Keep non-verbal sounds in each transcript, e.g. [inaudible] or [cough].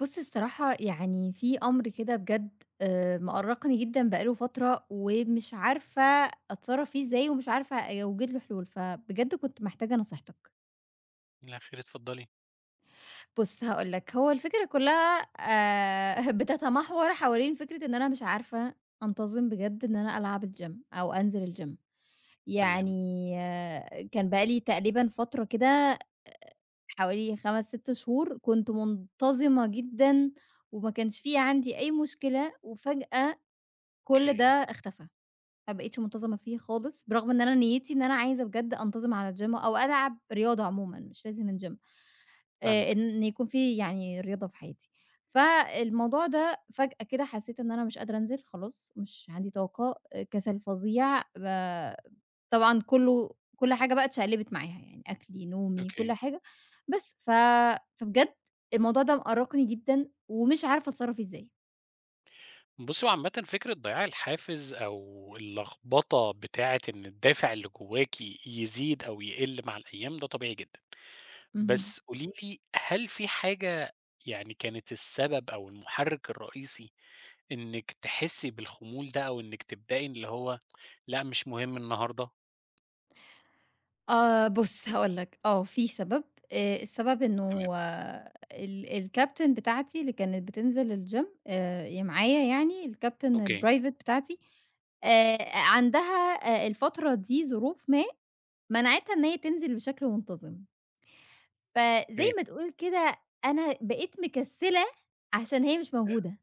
بُص، الصراحة يعني في أمر كده بجد مأرّقني جدًا بقى له فترة، ومش عارفة أتصرّف فيه إزاي، ومش عارفة أوجد له حلول، فبجد كنت محتاجة نصيحتك. لا خير اتفضلي. بُص هاقول لك، هو الفكرة كلّها [laughs] بتتمحور حوالين فكرة إن أنا مش عارفة أنتظم بجد إن أنا ألعب الgym أو أنزل الgym. تمام، يعني آه، كان بقى لي تقريبًا فترة كده حوالي 5، 6 شهور كنت منتظمة جدًا، وما كانش في عندي أي مشكلة، وفجأة كل ده أوكي، اختفى، ما بقيتش منتظمة فيه خالص، برغم إن أنا نيّتي إن أنا عايزة بجد أنتظم على الGym أو ألعب رياضة عمومًا مش لازم الGym، فاهمِك، إن يكون في يعني رياضة في حياتي. فالموضوع ده فجأة كده حسيت إن أنا مش قادرة أنزل خلاص، مش عندي طاقة، آه، كسل فظيع، طبعًا كل حاجة بقى اتشقلبت معاها يعني أكلي، نومي، كل أوكي. حاجة، بس ف فبجد الموضوع ده مأرّقني جدًا ومش عارفة أتصرّف إزاي. بُصّي، هو عامةً فكرة ضياع الحافز أو اللخبطة بتاعة إن الدافع اللي جواكِ يزيد أو يقل مع الأيام ده طبيعي جدًا، اهم. بس قولي لي هل في حاجة يعني كانت السبب أو المحرك الرئيسي إنِّك تحسي بالخمول ده أو إنِّك تبدئي اللي هو لأ مش مهم النهارده، آه بُص هاقول لك، آه في سبب. السبب تمام، إنه آه ال الكابتن بتاعتي اللي كانت بتنزل الgym ي معايا يعني الكابتن أوكي، الprivate بتاعتي. عندها الفترة دي ظروف ما منعتها إن هي تنزل بشكل منتظم، فزي أوكي، ما تقول كده أنا بقيت مكسلة عشان هي مش موجودة.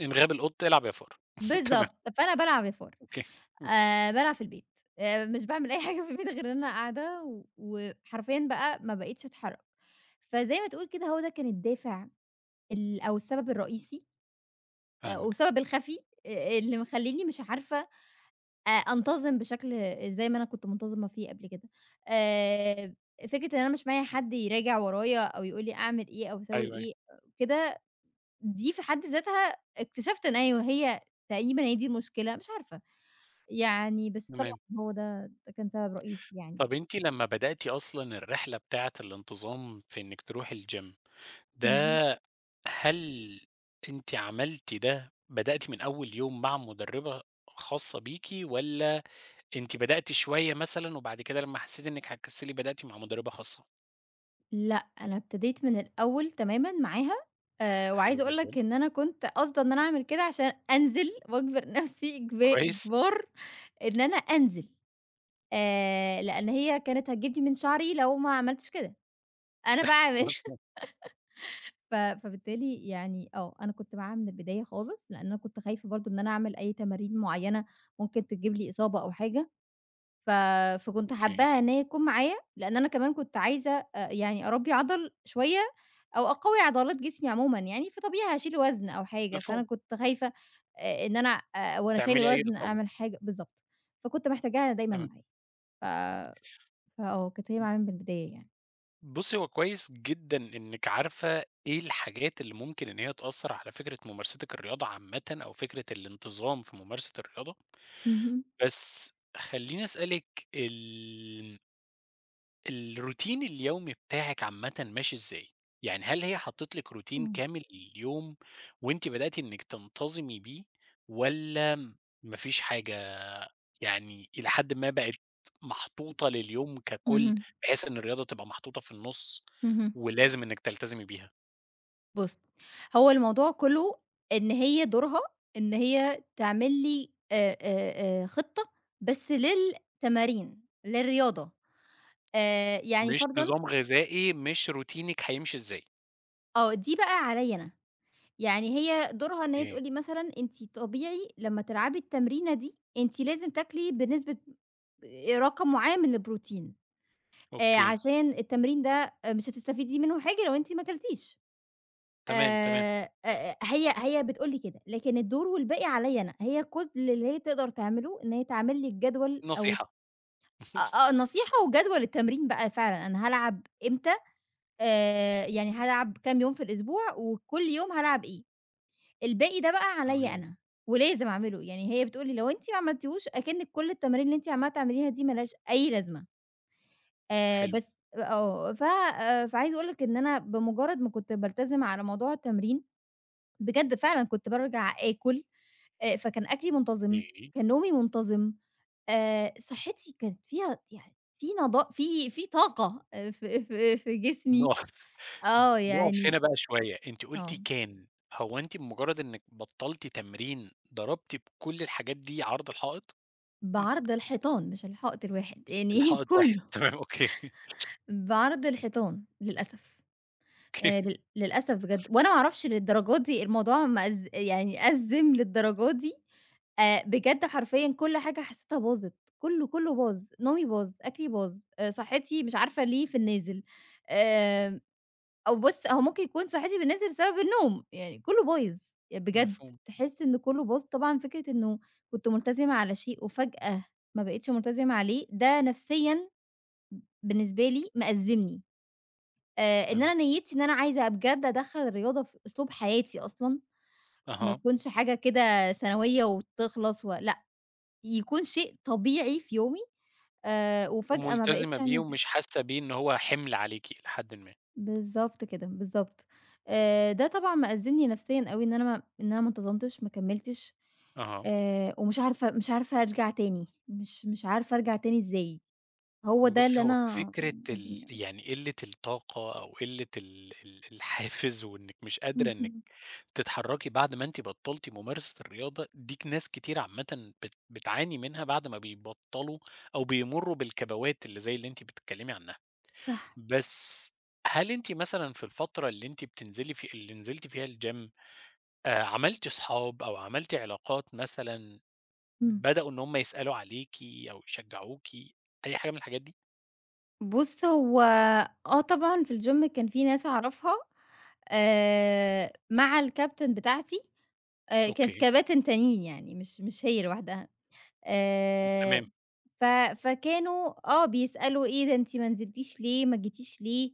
إنغام القط العب يا فار [laughs] تمام، بالضبط، فأنا بالعب يا فار. أوكي، بالعب في البيت. مش باعمل أي حاجة في البيت غير إن أنا قاعدة و وحرفيًا بقى ما بقيتش أتحرّك. فزي ما تقول كده هو ده كان الدافع، أو السبب الرئيسي. فاهمِك، والسبب الخفي اللي مخلّيني مش عارفة أنتظم بشكل زي ما أنا كنت منتظمة فيه قبل كده. آآ فكرة إن أنا مش معايا حد يراجع ورايا أو يقول لي أعمل إيه أو أسوي أيوه، أيوه، إيه كده، دي في حد ذاتها اكتشفت إن أيوه هي تقريبًا هي دي المشكلة، مش عارفة. يعني بس طبعًا تمام. هو ده كان سبب رئيسي يعني. طب أنتِ لمّا بدأتِ أصلًا الرحلة بتاعة الانتظام في إنِّك تروحي الgym اهم. ده هل أنتِ عملتِ ده بدأتِ من أول يوم مع مُدربة خاصة بيكِ والّا أنتِ بدأتِ شوية مثلًا وبعد كده لمّا حسيتِ إنِّك هتكسلي بدأتِ مع مُدربة خاصة؟ لأ، أنا ابتديت من الأول تمامًا معاها. حلو وعايزة أقول جدًا، لك إن أنا كنت قاصدة إن أنا أعمل كده عشان أنزل وأجبر [laughs] نفسي كويس، إجبار إن أنا أنزل، لإن هي كانت هتجيب لي من شعري لو ما عملتش كده، أنا [laughs] بقى مش مفهوم. [laughs] فبالتالي يعني آه، أنا كنت معاها من البداية خالص، لإن أنا كنت خايفة برضه إن أنا أعمل أي تمارين معيّنة ممكن تجيب لي إصابة أو حاجة. ف فكنت أوكي، حابّاها إن هي تكون معايا، لإن أنا كمان كنت عايزة يعني أربّي عضل شوية أو أقوي عضلات جسمي عمومًا يعني. فطبيعي هاشيل وزن أو حاجة، فأنا مفهوم، كنت خايفة إن أنا وأنا شايلة تعملي أي الوزن إصابة، أعمل حاجة بالضبط. فكنت محتاجاها دايمًا تمام. معايا. ف فآه كانت هي معايا من البداية يعني. بُصّي، هو كويس جدًا إنِّك عارفة إيه الحاجات اللي ممكن إن هي تأثّر على فكرة ممارستِك الرياضة عامةً أو فكرة الانتظام في ممارسة الرياضة. اهم، بس خلّيني أسألِك ال الروتين اليومي بتاعِك عامةً ماشي إزاي؟ يعني هل هي حطِّت لِك روتين إمم. كامل لليوم وأنتِ بدأتِ إنِّك تنتظمي بيه والّا ما فيش حاجة يعني إلى حدٍ ما بقت محطوطة لليوم ككُل، اهم، بحيث إن الرياضة تبقى محطوطة في النُص اهم. ولازم إنِّك تلتزمي بيها؟ بُصّي، هو الموضوع كلّه إن هي دورها إن هي تعمل لي خطة، بس للتمارين، للرياضة. يعني مش فرضًا نظام غذائي، مش روتينِك هيمشي إزاي. آه، دي بقى عليّا أنا، يعني هي دورها إن هي أوكي، تقول لي مثلًا أنتِ طبيعي لمّا تلعبي التمرينة دي، أنتِ لازم تاكلي بنسبة، رقم معيّن من البروتين، أوكي، عشان التمرين ده مش هتستفيدي منه حاجة لو أنتِ ما كلتيش. تمام، تمام، أ هي بتقول لي كده، لكن الدور والباقي عليّا أنا، هي كل اللي هي تقدر تعمله إن هي تعمل لي الجدول أو نصيحة. [laughs] نصيحة وجدول التمرين بقى فعلًا، أنا هالعب إمتى، يعني هالعب كام يوم في الأسبوع، وكل يوم هالعب إيه. الباقي ده بقى عليَّ تمام، أنا، ولازم أعمله، يعني هي بتقول لي: "لو أنتِ ما عملتيهوش أكنِّك كل التمارين اللي أنتِ عمّالة تعمليها دي ما لهاش أي لازمة." حلو. بس آه، ف فعايزة أقول لك إن أنا بمجرد ما كنت بالتزم على موضوع التمرين، بجد فعلًا كنت بارجع آكل. فكان أكلي منتظم، إيه، كان نومي منتظم. صحتي كانت فيها يعني في طاقة، في جسمي، نقف [laughs] آه نقف هنا يعني بقى شوية، أنتِ قُلتِ آه. كان، هو أنتِ بمجرد إنِّك بطّلتِ تمرين ضربتِ بكل الحاجات دي عرض الحائط؟ بعرض الحيطان مش الحائط الواحد، يعني [laughs] الحائط واحد، كلّه. [laughs] تمام أوكي، بعرض الحيطان للأسف. أوكي، لل للأسف بجد، وأنا ما أعرفش للدرجة دي الموضوع يعني أزِّم للدرجة دي. بجد حرفيًا كل حاجة حسيتها باظت، كلّه، كلّه باظ، نومي باظ، أكلي باظ. صحتي مش عارفة ليه في النازل. آآ أو بُص، هو ممكن يكون صحتي بالنسبة بسبب النوم، يعني كُلّه بايظ. يعني بجد مفهوم، تحس إن كُلّه باظ. طبعًا فكرة إنه كنت ملتزمة على شيء وفجأة ما بقيتش ملتزمة عليه، ده نفسيًا بالنسبة لي مأزّمني. إن فهمت، أنا نيّتي إن أنا عايزة بجد أدخّل الرياضة في أسلوب حياتي أصلًا، ما أها، تكونش حاجة كده ثانوية وتخلص و لأ، يكون شيء طبيعي في يومي. وفجأة ما وملتزمة بقيتش بيه أعمل كده. ومش حاسة بيه إن هو حِمل عليكِ إلى حدٍ ما، بالضبط كده، بالضبط. ده طبعًا مأزّمني نفسيًا أوي إن أنا ما انتظمتش، ما كمّلتش. أها. ومش عارفة مش عارفة أرجع تاني، مش عارفة أرجع تاني إزاي. هو ده بُصّي، اللي هو أنا فكرة يعني ال مأزّمني أوي. يعني قِلّة الطاقة أو قِلّة ال ال الحافز وإنِّك مش قادرة إنِّك اهم، تتحرّكي بعد ما أنتِ بطّلتِ ممارسة الرياضة، دي ناس كتير عامةً بتعاني منها بعد ما بيبطّلوا أو بيمُرّوا بالكبوات اللي زي اللي أنتِ بتتكلّمي عنّها. صح، بس هل أنتِ مثلًا في الفترة اللي أنتِ بتنزلي في اللي نزلتِ فيها الgym عملتِ صحاب أو عملتِ علاقات مثلًا إمم. بدأوا إن هم يسألوا عليكِ أو يشجّعوكِ، أي حاجة من الحاجات دي؟ بُص، هو آه طبعًا في الgym كان في ناس أعرفها. مع الكابتن بتاعتي. كانت أوكي، كباتن تانيين يعني مش هي لوحدها. تمام. آآ ف فكانوا آه، بيسألوا إيه ده أنتِ ما نزلتيش ليه، ما جيتيش ليه.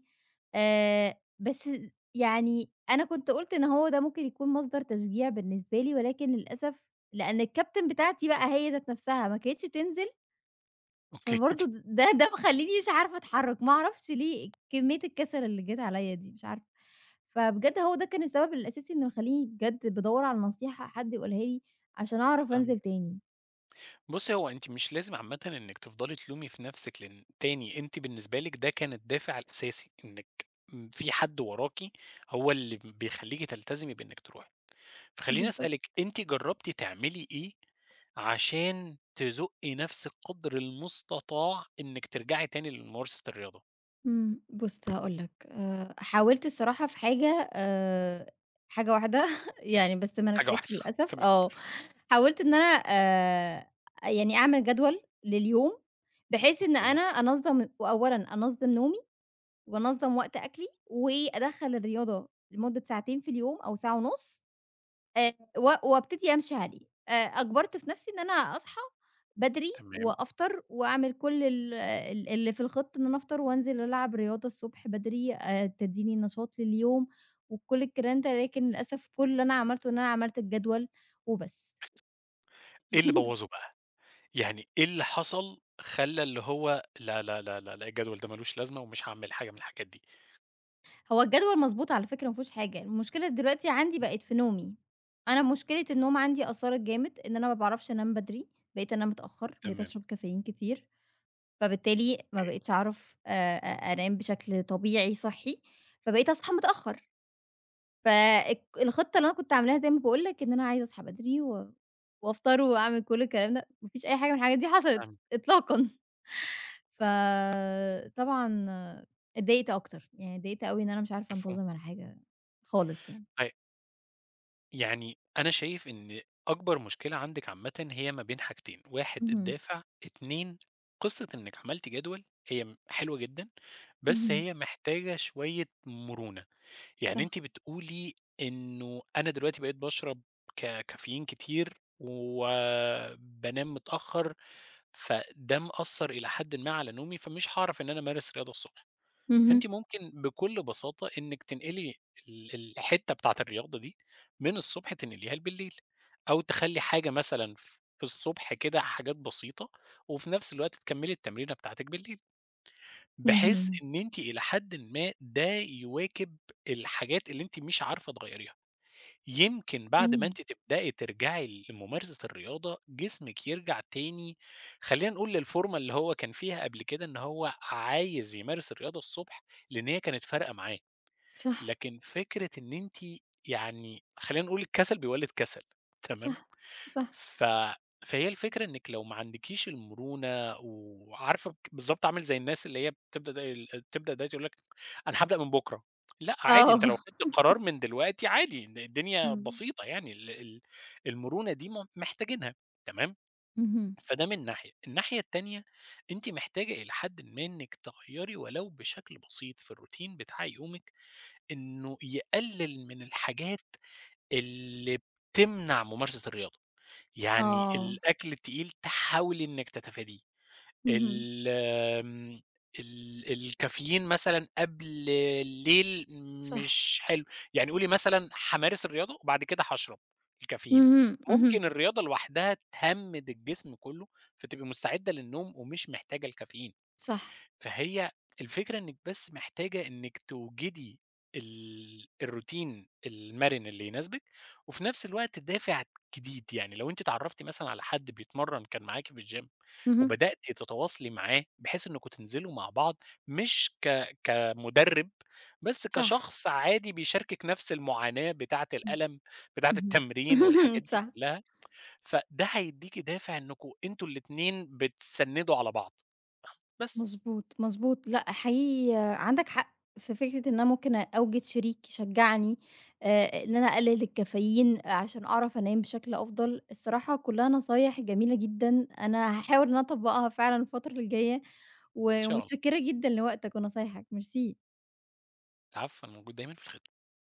بس يعني أنا كنت قُلت إن هو ده ممكن يكون مصدر تشجيع بالنسبة لي، ولكن للأسف لأن الكابتن بتاعتي بقى هي ذات نفسها ما كانتش بتنزل. أوكي، فبرضه د ده ده مخلّيني مش عارفة أتحرّك، ما أعرفش ليه كمية الكسل اللي جات عليّا دي مش عارفة. فبجد هو ده كان السبب الأساسي اللي مخلّيني بجد بادوّر على نصيحة حد يقولها لي عشان أعرف فاهمِك. أنزل تاني. بُصّي، هو أنتِ مش لازم عامةً إنِّك تفضلي تلومي في نَفْسِك، لإن تاني أنتِ بالنسبة لِك ده كان الدافع الأساسي، إنِّك م في حد وراكِ هو اللي بيخلّيكِ تلتزمي بإنِّك تروحي. فخلّيني بالضبط. أسألِك، أنتِ جرّبتِ تعملي إيه عشان تزُقّي نَفْسِك قدر المستطاع إنِّك ترجعي تاني لممارسة الرياضة؟ إمم، بُص هاقول لك، حاولت الصراحة في حاجة واحدة [laughs] يعني بس ما حاجة واحدة نجحتش [laughs] للأسف تمام، آه. حاولت إن أنا يعني أعمل جدول لليوم، بحيث إن أوكي، أنا أنظّم وأولًا أنظّم نومي، وأنظّم وقت أكلي، وأدخّل الرياضة لمدة ساعتين في اليوم أو ساعة ونُص. آآ و وابتدي أمشي عليه. أجبرت في نَفْسي إن أنا أصحى بدري تمام. وأفطر وأعمل كل ال ال اللي في الخط إن أنا أفطر وأنزل ألعب رياضة الصبح بدري تدّيني نشاط لليوم وكل الكلام ده. لكن للأسف كل اللي أنا عملته إن أنا عملت الجدول وبس. إيه اللي بوّظه [laughs] بقى؟ يعني إيه اللي حصل خلّى اللي هو لا، لا، لا، لا، لا الجدول ده ما لوش لازمة ومش هاعمل حاجة من الحاجات دي؟ هو الجدول مضبوط على فكرة ما فيهوش حاجة، المشكلة دلوقتي عندي بقت في نومي. أنا مشكلة النوم عندي أثّرت جامد إن أنا ما باعرفش أنام بدري، بقيت أنام متأخّر، بقيت تمام، أشرب كافيين كتير. فبالتالي ما أوكي، بقيتش أعرف أ أنام بشكل طبيعي صحّي، فبقيت أصحى متأخّر. فالك الخطة اللي أنا كنت عاملاها زي ما باقول لك إن أنا عايزة أصحى بدري و وأفطر وأعمل كل الكلام ده، ما فيش أي حاجة من الحاجات دي حصلت فهمتِك، إطلاقًا. [laughs] فطبعًا اتضايقت أكتر، يعني اتضايقت أوي إن أنا مش عارفة مفهوم. أنتظم على حاجة خالص يعني. أ يعني أنا شايف إن أكبر مشكلة عندِك عامةً هي ما بين حاجتين، 1 اهم، الدافع، 2 قصة إنِّك عملتِ جدول هي حلوة جدًا، بس اهم، هي محتاجة شوية مرونة. يعني صح، أنتِ بتقولي إنه أنا دلوقتي بقيت باشرب كافيين كتير وبانام متأخر، فده مأثّر إلى حدٍ ما على نومي، فمش هاعرف إن أنا أمارس رياضة الصبح. اهم، فأنتِ ممكن بكل بساطة إنِّك تنقلي الحتّة بتاعة الرياضة دي من الصبح تنقليها بالليل، أو تخلّي حاجة مثلًا في الصبح كده حاجات بسيطة، وفي نفس الوقت تكمّلي التمرينة بتاعتِك بالليل، بحيث اهم، إن أنتِ إلى حدٍ ما ده يواكب الحاجات اللي أنتِ مش عارفة تغيّريها. يمكن بعد ما أوكي، أنتِ تبدئي ترجعي لممارسة الرياضة، جسمِك يرجع تاني خلّينا نقول للفورمة اللي هو كان فيها قبل كده، إن هو عايز يمارس الرياضة الصبح، لإن هي كانت فارقة معاه، صح، لكن فكرة إن أنتِ يعني خلّينا نقول الكسل بيولد كسل تمام؟ صح، صح، ف فهي الفكرة إنِّك لو ما عندكيش المرونة وعارفة بك بالضبط عامل زي الناس اللي هي بتبدأ دايت يقول لك أنا هابدأ من بُكرة، لأ عادي أنت لو آه، خدت القرار من دلوقتي عادي الدنيا إمم، بسيطة يعني ال المرونة دي محتاجينها تمام، اهم، فده من ناحية، الناحية التانية أنتِ محتاجة إلى حدٍ ما إنِّك تغيّري ولو بشكل بسيط في الروتين بتاع يومِك، إنه يقلل من الحاجات اللي بتمنع ممارسة الرياضة. يعني آه، الأكل التقيل تحاولي إنِّك تتفاديه، اهم. ال آمم، الكافيين مثلًا قبل الليل صح. مش حلو، يعني قولي مثلًا هامارس الرياضة وبعد كده هاشرب الكافيين، اهم، اهم، ممكن الرياضة لوحدها تهمِّد الجسم كُلّه، فتبقي مستعدة للنوم ومش محتاجة الكافيين. صح، فهي الفكرة إنِّك بس محتاجة إنِّك توجدي الروتين المَرِن اللي يناسبِك، وفي نفس الوقت دافع جديد، يعني لو أنتِ اتعرّفتِ مثلًا على حد بيتمرّن كان معاكِ في الgym اهم، وبدأتِ تتواصلي معاه بحيث إنكم تنزلوا مع بعض مش كمُدرِّب، بس صح، كشخص عادي بيشاركِك نفس المعاناة بتاعة الألم، بتاعة إمم، التمرين والحاجات اهم، [laughs] دي صح. كلّها، فده هيدّيكِ دافع إنكم أنتم الاتنين بتسنّدوا على بعض، بس. مضبوط، مضبوط، لأ حقيقي عندك حق في فكرة إن أنا ممكن أوجد شريك يشجعني. إن أنا أقلل الكافيين عشان أعرف أنام بشكل أفضل. الصراحة كلها نصايح جميلة جدًا، أنا هاحاول إن أنا أطبّقها فعلًا الفترة الجاية. إن شاء ومتشكرة جدًا لوقتك ونصايحك، ميرسي. العفو، أنا موجود دايمًا في الخدمة.